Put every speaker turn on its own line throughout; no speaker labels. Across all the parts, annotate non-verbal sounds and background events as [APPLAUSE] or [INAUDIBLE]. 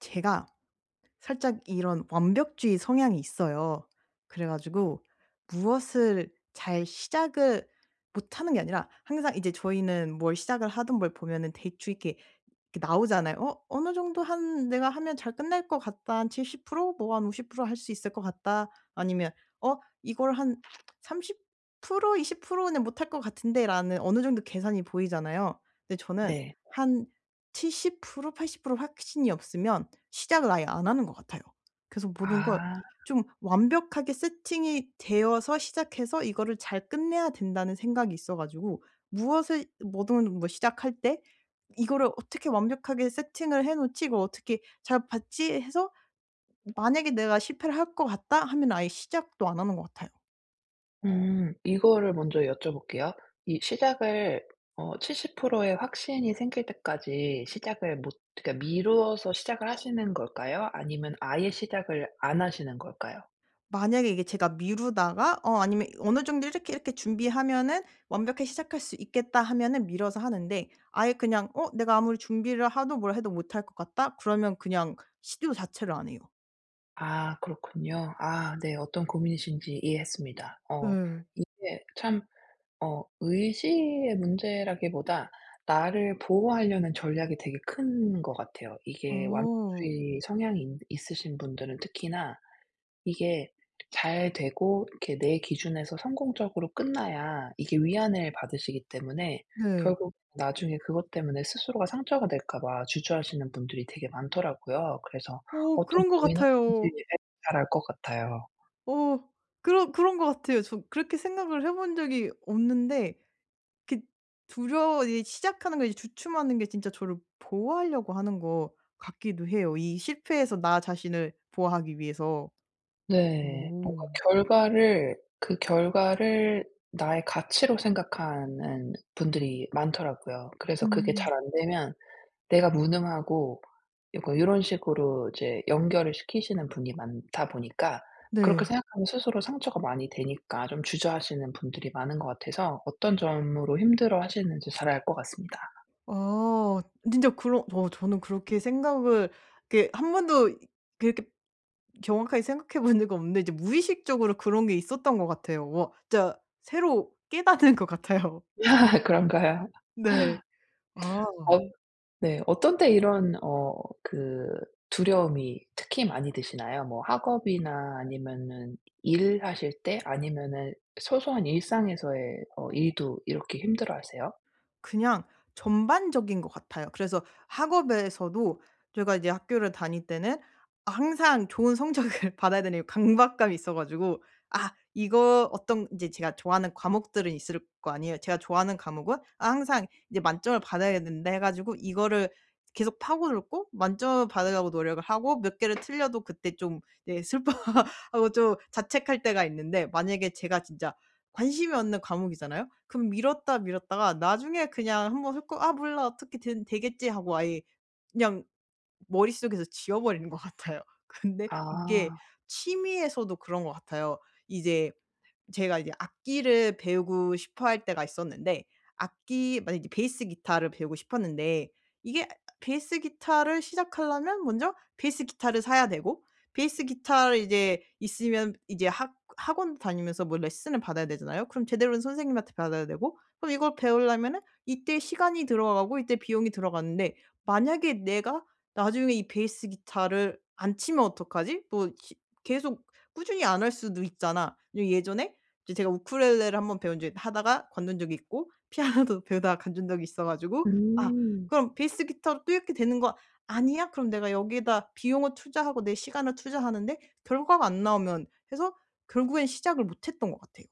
제가 살짝 이런 완벽주의 성향이 있어요. 그래 가지고 무엇을 잘 시작을 못하는 게 아니라 항상 이제 저희는 뭘 시작을 하든 뭘 보면은 대충 이렇게 이렇게 나오잖아요. 어느 정도 한 '내가 하면 잘 끝날 것 같다. 한 70%뭐 한 50%할 수 있을 것 같다.' 아니면 이걸 한 30% 20%는 못할 것 같은데.'라는 어느 정도 계산이 보이잖아요. 근데 저는
네.
한 70% 80% 확신이 없으면 시작을 아예 안 하는 것 같아요. 그래서 모든 걸
아.
좀 완벽하게 세팅이 되어서 시작해서 이거를 잘 끝내야 된다는 생각이 있어 가지고 무엇을 뭐든 뭐 시작할 때 '이거를 어떻게 완벽하게 세팅을 해 놓지? 이걸 어떻게 잘 받지?' 해서 만약에 내가 실패를 할 것 같다 하면 아예 시작도 안 하는 것 같아요.
음. 이거를 먼저 여쭤볼게요. 이 시작을 70%의 확신이 생길 때까지 시작을 못, 그러니까 미루어서 시작을 하시는 걸까요? 아니면 아예 시작을 안 하시는 걸까요?
만약에 이게 제가 미루다가 아니면 어느 정도 이렇게 이렇게 준비하면은 완벽하게 시작할 수 있겠다 하면은 미뤄서 하는데 아예 그냥 내가 아무리 준비를 하도 뭘 해도 못할 것 같다? 그러면 그냥 시도 자체를 안 해요.
아, 그렇군요. 아, 네. 어떤 고민이신지 이해했습니다.
네.
이게 참, 의지의 문제라기보다 나를 보호하려는 전략이 되게 큰 것 같아요. 이게
어.
완벽주의 성향이 있 있으신 분들은 특히나 이게 잘 되고, 이렇게 내 기준에서 성공적으로 끝나야 이게 위안을 받으시기 때문에
네.
결국 나중에 그것 때문에 스스로가 상처가 될까 봐 주저하시는 분들이 되게 많더라고요. 그래서 어떤
그런
고
것
민하는지
같아요.
잘 알 것 같아요.
어 그런 것 같아요. 저 그렇게 생각을 해본 적이 없는데 그 두려워 이제 시작하는 걸 이제 주춤하는 게 진짜 저를 보호하려고 하는 것 같기도 해요, 이 실패에서 나 자신을 보호하기 위해서.
네. 뭔가
오.
결과를 그 결과를 나의 가치로 생각하는 분들이 많더라고요. 그래서 그게
음.
잘 안 되면 내가 무능하고, 요거 요런 식으로 이제 연결을 시키시는 분이 많다 보니까, 그렇게
네.
생각하면 스스로 상처가 많이 되니까 좀 주저하시는 분들이 많은 것 같아서 어떤 점으로 힘들어하시는지 잘 알 것 같습니다.
아 진짜 그런 저는 그렇게 생각을 이렇게 한 번도 그렇게 정확하게 생각해 본 적은 없는데 이제 무의식적으로 그런 게 있었던 것 같아요. 와 진짜 새로 깨닫는 것 같아요.
[LAUGHS] 그런가요?
네. 아.
어 네. 어떤 때 이런 그 두려움이 특히 많이 드시나요? 뭐 학업이나 아니면은 일하실 때, 아니면은 소소한 일상에서의 일도 이렇게 힘들어하세요?
그냥 전반적인 것 같아요. 그래서 학업에서도 제가 이제 학교를 다닐 때는 항상 좋은 성적을 [LAUGHS] 받아야 되는 이 강박감이 있어 가지고 아 이거 어떤 이제 제가 좋아하는 과목들은 있을 거 아니에요. 제가 좋아하는 과목은 아 항상 이제 만점을 받아야 된다 해 가지고 이거를 계속 파고들고 만점을 받으려고 노력을 하고 몇 개를 틀려도 그때 좀 네 슬퍼하고 [LAUGHS] 좀 자책할 때가 있는데 만약에 제가 진짜 관심이 없는 과목이잖아요. 그럼 미뤘다가 나중에 그냥 한번 훑고 '아 몰라. 어떻게 된 되겠지.' 하고 아예 그냥 머릿속에서 지워 버리는 것 같아요. [LAUGHS] 근데 이게
아.
취미에서도 그런 것 같아요. 이제 제가 이제 악기를 배우고 싶어 할 때가 있었는데 악기 만약에 이제 베이스 기타를 배우고 싶었는데 이게 베이스 기타를 시작하려면 먼저 베이스 기타를 사야 되고 베이스 기타를 이제 있으면 이제 학 학원 다니면서 뭐 레슨을 받아야 되잖아요. 그럼 제대로 는 선생님한테 받아야 되고 그럼 이걸 배우려면은 이때 시간이 들어가고 이때 비용이 들어가는데 만약에 내가 나중에 이 베이스 기타를 안 치면 어떡하지? 뭐 시 계속 꾸준히 안 할 수도 있잖아. 예 예전에 이제 제가 우쿨렐레를 한번 배운 적이 하다가 관둔 적이 있고 피아노도 [LAUGHS] 배우다가 관둔 적이 있어 가지고 '아
음.
그럼 베이스 기타로 또 이렇게 되는 거 아니야? 그럼 내가 여기에다 비용을 투자하고 내 시간을 투자하는데 결과가 안 나오면' 해서 결국엔 시작을 못 했던 것 같아요.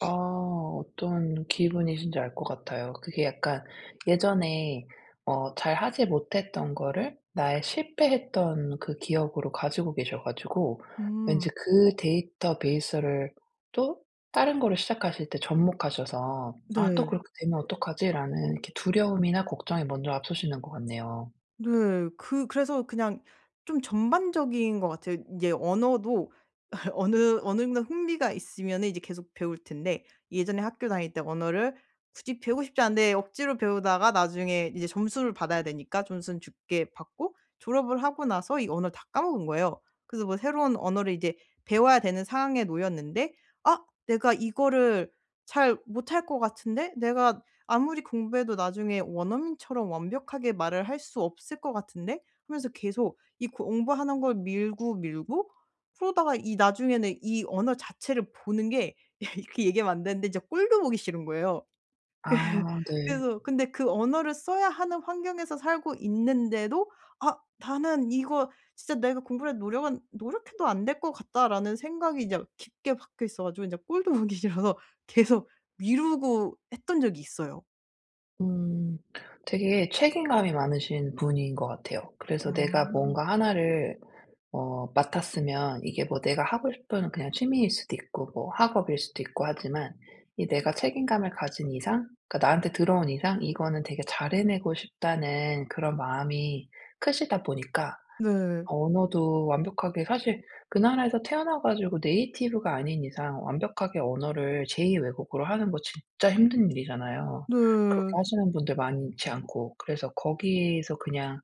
아, 어떤 기분이신지 알 것 같아요. 그게 약간 예전에 잘 하지 못했던 거를 나의 실패했던 그 기억으로 가지고 계셔 가지고 왠지
음.
그 데이터베이스를 또 다른 거를 시작하실 때 접목하셔서 '아, 또
네.
그렇게 되면 어떡하지?'라는 이렇게 두려움이나 걱정이 먼저 앞서시는 것 같네요.
네. 그래서 그냥 좀 전반적인 것 같아요. 이제 언어도 [LAUGHS] 어느 정도 흥미가 있으면은 이제 계속 배울 텐데 예전에 학교 다닐 때 언어를 굳이 배우고 싶지 않은데 억지로 배우다가 나중에 이제 점수를 받아야 되니까 점수는 줄게 받고 졸업을 하고 나서 이 언어를 다 까먹은 거예요. 그래서 뭐 새로운 언어를 이제 배워야 되는 상황에 놓였는데 '아 내가 이거를 잘 못할 것 같은데 내가 아무리 공부해도 나중에 원어민처럼 완벽하게 말을 할 수 없을 것 같은데 하면서 계속 이 공부하는 걸 밀고 밀고 그러다가 이 나중에는 이 언어 자체를 보는 게 [LAUGHS] 이렇게 얘기하면 안 되는데 진짜 꼴도 보기 싫은 거예요.
아, 네.
그래서 근데 그 언어를 써야 하는 환경에서 살고 있는데도 '아 나는 이거 진짜 내가 공부를 노력은 노력해도 안 될 것 같다.'라는 생각이 이제 깊게 박혀 있어 가지고 이제 꼴도 [LAUGHS] 보기 싫어서 계속 미루고 했던 적이 있어요.
음 되게 책임감이 많으신 분인 것 같아요. 그래서
어.
내가 뭔가 하나를 맡았으면, 이게 뭐 내가 하고 싶은 그냥 취미일 수도 있고 뭐 학업일 수도 있고 하지만, 이 내가 책임감을 가진 이상, 그러니까 나한테 들어온 이상 이거는 되게 잘 해내고 싶다는 그런 마음이 크시다 보니까,
네.
언어도 완벽하게 사실 그 나라에서 태어나 가지고 네이티브가 아닌 이상 완벽하게 언어를 제2 외국어로 하는 거 진짜 힘든 일이잖아요. 그렇게
네.
하시는 분들 많지 않고. 그래서 거기에서 그냥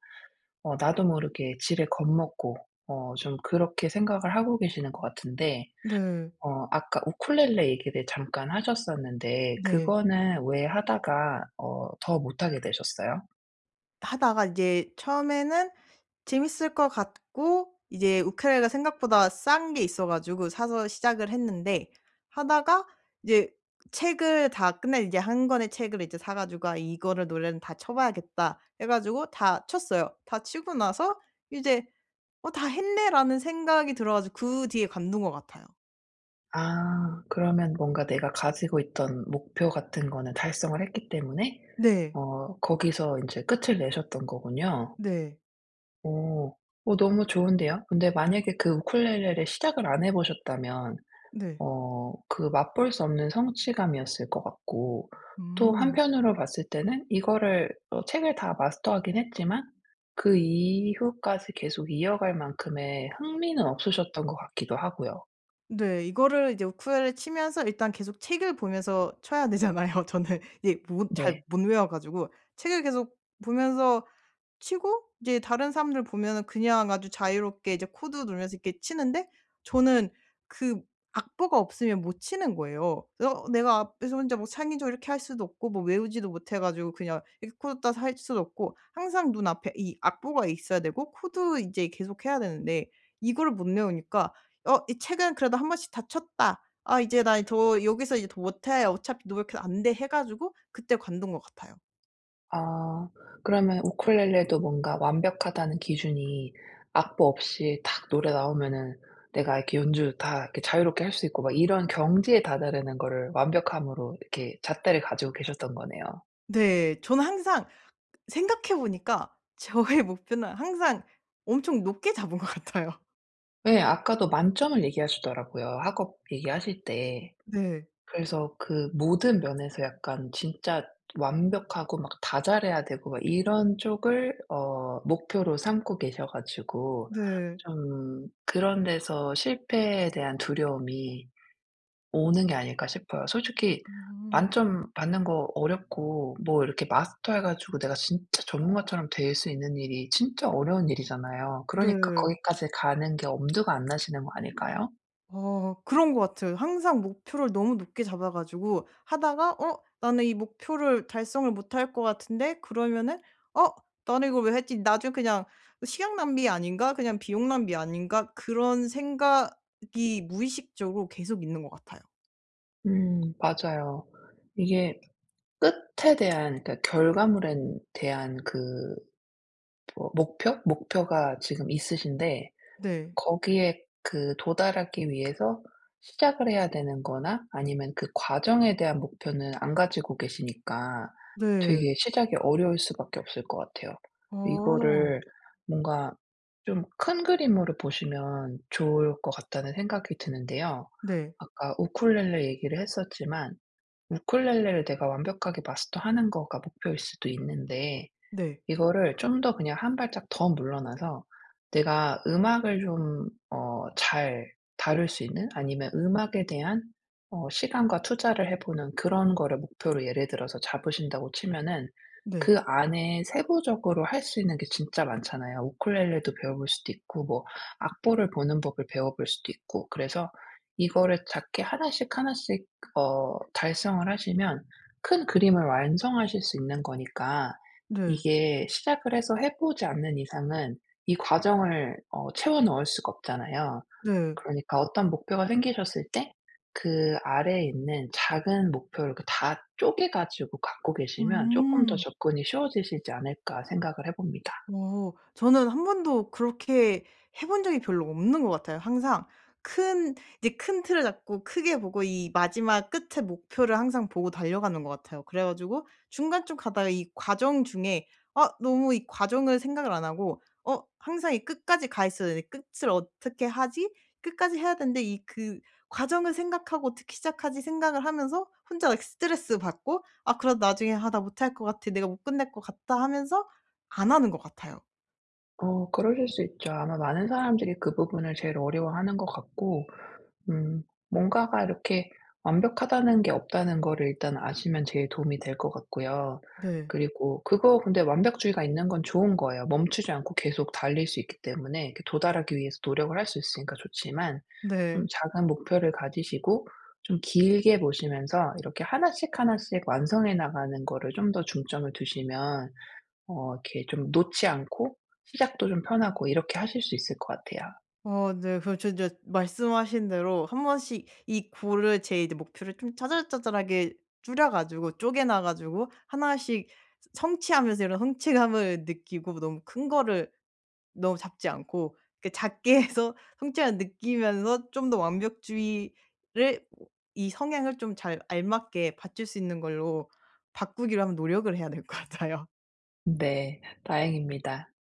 나도 모르게 지레 겁먹고, 좀 그렇게 생각을 하고 계시는 것 같은데,
네.
아까 우쿨렐레 얘기를 잠깐 하셨었는데,
네.
그거는 왜 하다가 더 못하게 되셨어요?
하다가 이제 처음에는 재밌을 것 같고 이제 우쿨렐레가 생각보다 싼 게 있어 가지고 사서 시작을 했는데 하다가 이제 책을 다 끝내 이제 한 권의 책을 이제 사 가지고 '아 이거를 노래는 다 쳐 봐야겠다.' 해 가지고 다 쳤어요. 다 치고 나서 이제 '어 다 했네.'라는 생각이 들어 가지고 그 뒤에 관둔 것 같아요.
아, 그러면 뭔가 내가 가지고 있던 목표 같은 거는 달성을 했기 때문에
네.
거기서 이제 끝을 내셨던 거군요.
네.
오, 오, 너무 좋은데요. 근데 만약에 그 우쿨렐레를 시작을 안 해 보셨다면
네.
그 맛볼 수 없는 성취감이었을 것 같고, 또
음.
한편으로 봤을 때는 이거를 책을 다 마스터하긴 했지만 그 이후까지 계속 이어갈 만큼의 흥미는 없으셨던 것 같기도 하고요.
네. 이거를 이제 우쿨렐레 치면서 일단 계속 책을 보면서 쳐야 되잖아요. [LAUGHS] 저는 이게
네.
못 외워 가지고 책을 계속 보면서 치고 이제 다른 사람들 보면은 그냥 아주 자유롭게 이제 코드 누르면서 이렇게 치는데 저는 그 악보가 없으면 못 치는 거예요. 그래서 내가 앞에서 혼자 뭐 창의적으로 이렇게 할 수도 없고 뭐 외우지도 못해 가지고 그냥 이렇게 코드 따서 할 수도 없고 항상 눈앞에 이 악보가 있어야 되고 코드 이제 계속 해야 되는데 이거를 못 외우니까 '어 이 책은 그래도 한 번씩 다 쳤다. 아 이제 나 더 여기서 이제 더 못해. 어차피 노력해도 안 돼.' 해 가지고 그때 관둔 것 같아요.
아, 그러면 우쿨렐레도 뭔가 완벽하다는 기준이 악보 없이 딱 노래 나오면은 내가 이렇게 연주 다 이렇게 자유롭게 할 수 있고 막 이런 경지에 다다르는 거를 완벽함으로 이렇게 잣대를 가지고 계셨던 거네요.
네. 저는 항상 생각해 보니까 저의 목표는 항상 엄청 높게 잡은 것 같아요.
네, 아까도 만점을 얘기하시더라고요, 학업 얘기하실 때.
네.
그래서 그 모든 면에서 약간 진짜 완벽하고 막 다 잘해야 되고 막 이런 쪽을 목표로 삼고 계셔 가지고
네.
좀 그런 데서 실패에 대한 두려움이 오는 게 아닐까 싶어요. 솔직히
음.
만점 받는 거 어렵고, 뭐 이렇게 마스터해 가지고 내가 진짜 전문가처럼 될 수 있는 일이 진짜 어려운 일이잖아요. 그러니까
네.
거기까지 가는 게 엄두가 안 나시는 거 아닐까요?
아 그런 것 같아요. 항상 목표를 너무 높게 잡아 가지고 하다가 '어 나는 이 목표를 달성을 못할 것 같은데.' 그러면은 '어 나는 이걸 왜 했지? 나중에 그냥 시간 낭비 아닌가? 그냥 비용 낭비 아닌가?' 그런 생각이 무의식적으로 계속 있는 것 같아요.
음, 맞아요. 이게 끝에 대한, 그러니까 결과물에 대한 그 뭐 목표? 목표가 지금 있으신데
네.
거기에 그 도달하기 위해서 시작을 해야 되는 거나, 아니면 그 과정에 대한 목표는 안 가지고 계시니까
네.
되게 시작이 어려울 수밖에 없을 것 같아요.
어.
이거를 뭔가 좀 큰 그림으로 보시면 좋을 것 같다는 생각이 드는데요.
네.
아까 우쿨렐레 얘기를 했었지만, 우쿨렐레를 내가 완벽하게 마스터하는 거가 목표일 수도 있는데,
네.
이거를 좀 더 그냥 한 발짝 더 물러나서 내가 음악을 좀 잘 다룰 수 있는, 아니면 음악에 대한 시간과 투자를 해 보는 그런 거를 목표로 예를 들어서 잡으신다고 치면은,
네.
그 안에 세부적으로 할 수 있는 게 진짜 많잖아요. 우쿨렐레도 배워볼 수도 있고, 뭐 악보를 보는 법을 배워볼 수도 있고. 그래서 이거를 작게 하나씩 하나씩 달성을 하시면 큰 그림을 완성하실 수 있는 거니까,
네.
이게 시작을 해서 해 보지 않는 이상은 이 과정을 채워 넣을 수가 없잖아요.
네.
그러니까 어떤 목표가 생기셨을 때 그 아래에 있는 작은 목표를 이렇게 다 쪼개 가지고 갖고 계시면 쪼끔 더
음.
접근이 쉬워지시지 않을까 생각을 해 봅니다.
어. 저는 한 번도 그렇게 해본 적이 별로 없는 것 같아요. 항상 큰 큰 틀을 잡고 크게 보고 이 마지막 끝에 목표를 항상 보고 달려가는 것 같아요. 그래 가지고 중간쯤 가다가 이 과정 중에 아 너무 이 과정을 생각을 안 하고 항상 이 끝까지 가 있어야 되는데 '끝을 어떻게 하지? 끝까지 해야 되는데 이 그 과정을 생각하고 어떻게 시작하지?' 생각을 하면서 혼자 막 스트레스 받고 '아 그럼 나중에 아 나 못할 것 같아. 내가 못 끝낼 것 같다.' 하면서 안 하는 것 같아요.
그러실 수 있죠. 아마 많은 사람들이 그 부분을 제일 어려워하는 것 같고. 음. 뭔가가 이렇게 완벽하다는 게 없다는 거를 일단 아시면 제일 도움이 될 것 같고요.
네.
그리고 그거 근데 완벽주의가 있는 건 좋은 거예요. 멈추지 않고 계속 달릴 수 있기 때문에 이렇게 도달하기 위해서 노력을 할 수 있으니까 좋지만, 좀
네.
작은 목표를 가지시고 좀 길게 보시면서 이렇게 하나씩 하나씩 완성해 나가는 거를 좀 더 중점을 두시면 이렇게 좀 놓지 않고 시작도 좀 편하고 이렇게 하실 수 있을 것 같아요.
네. 그럼 진짜 말씀하신 대로 한 번씩 이 고를 제 이제 목표를 좀 짜잘짜잘하게 줄여 가지고 쪼개놔 가지고 하나씩 성취하면서 이런 성취감을 느끼고 너무 큰 거를 너무 잡지 않고 그 작게 해서 [LAUGHS] 성취감을 느끼면서 좀 더 완벽주의를 이 성향을 좀 잘 알맞게 받칠 수 있는 걸로 바꾸기로 한번 노력을 해야 될 것 같아요.
네. 다행입니다.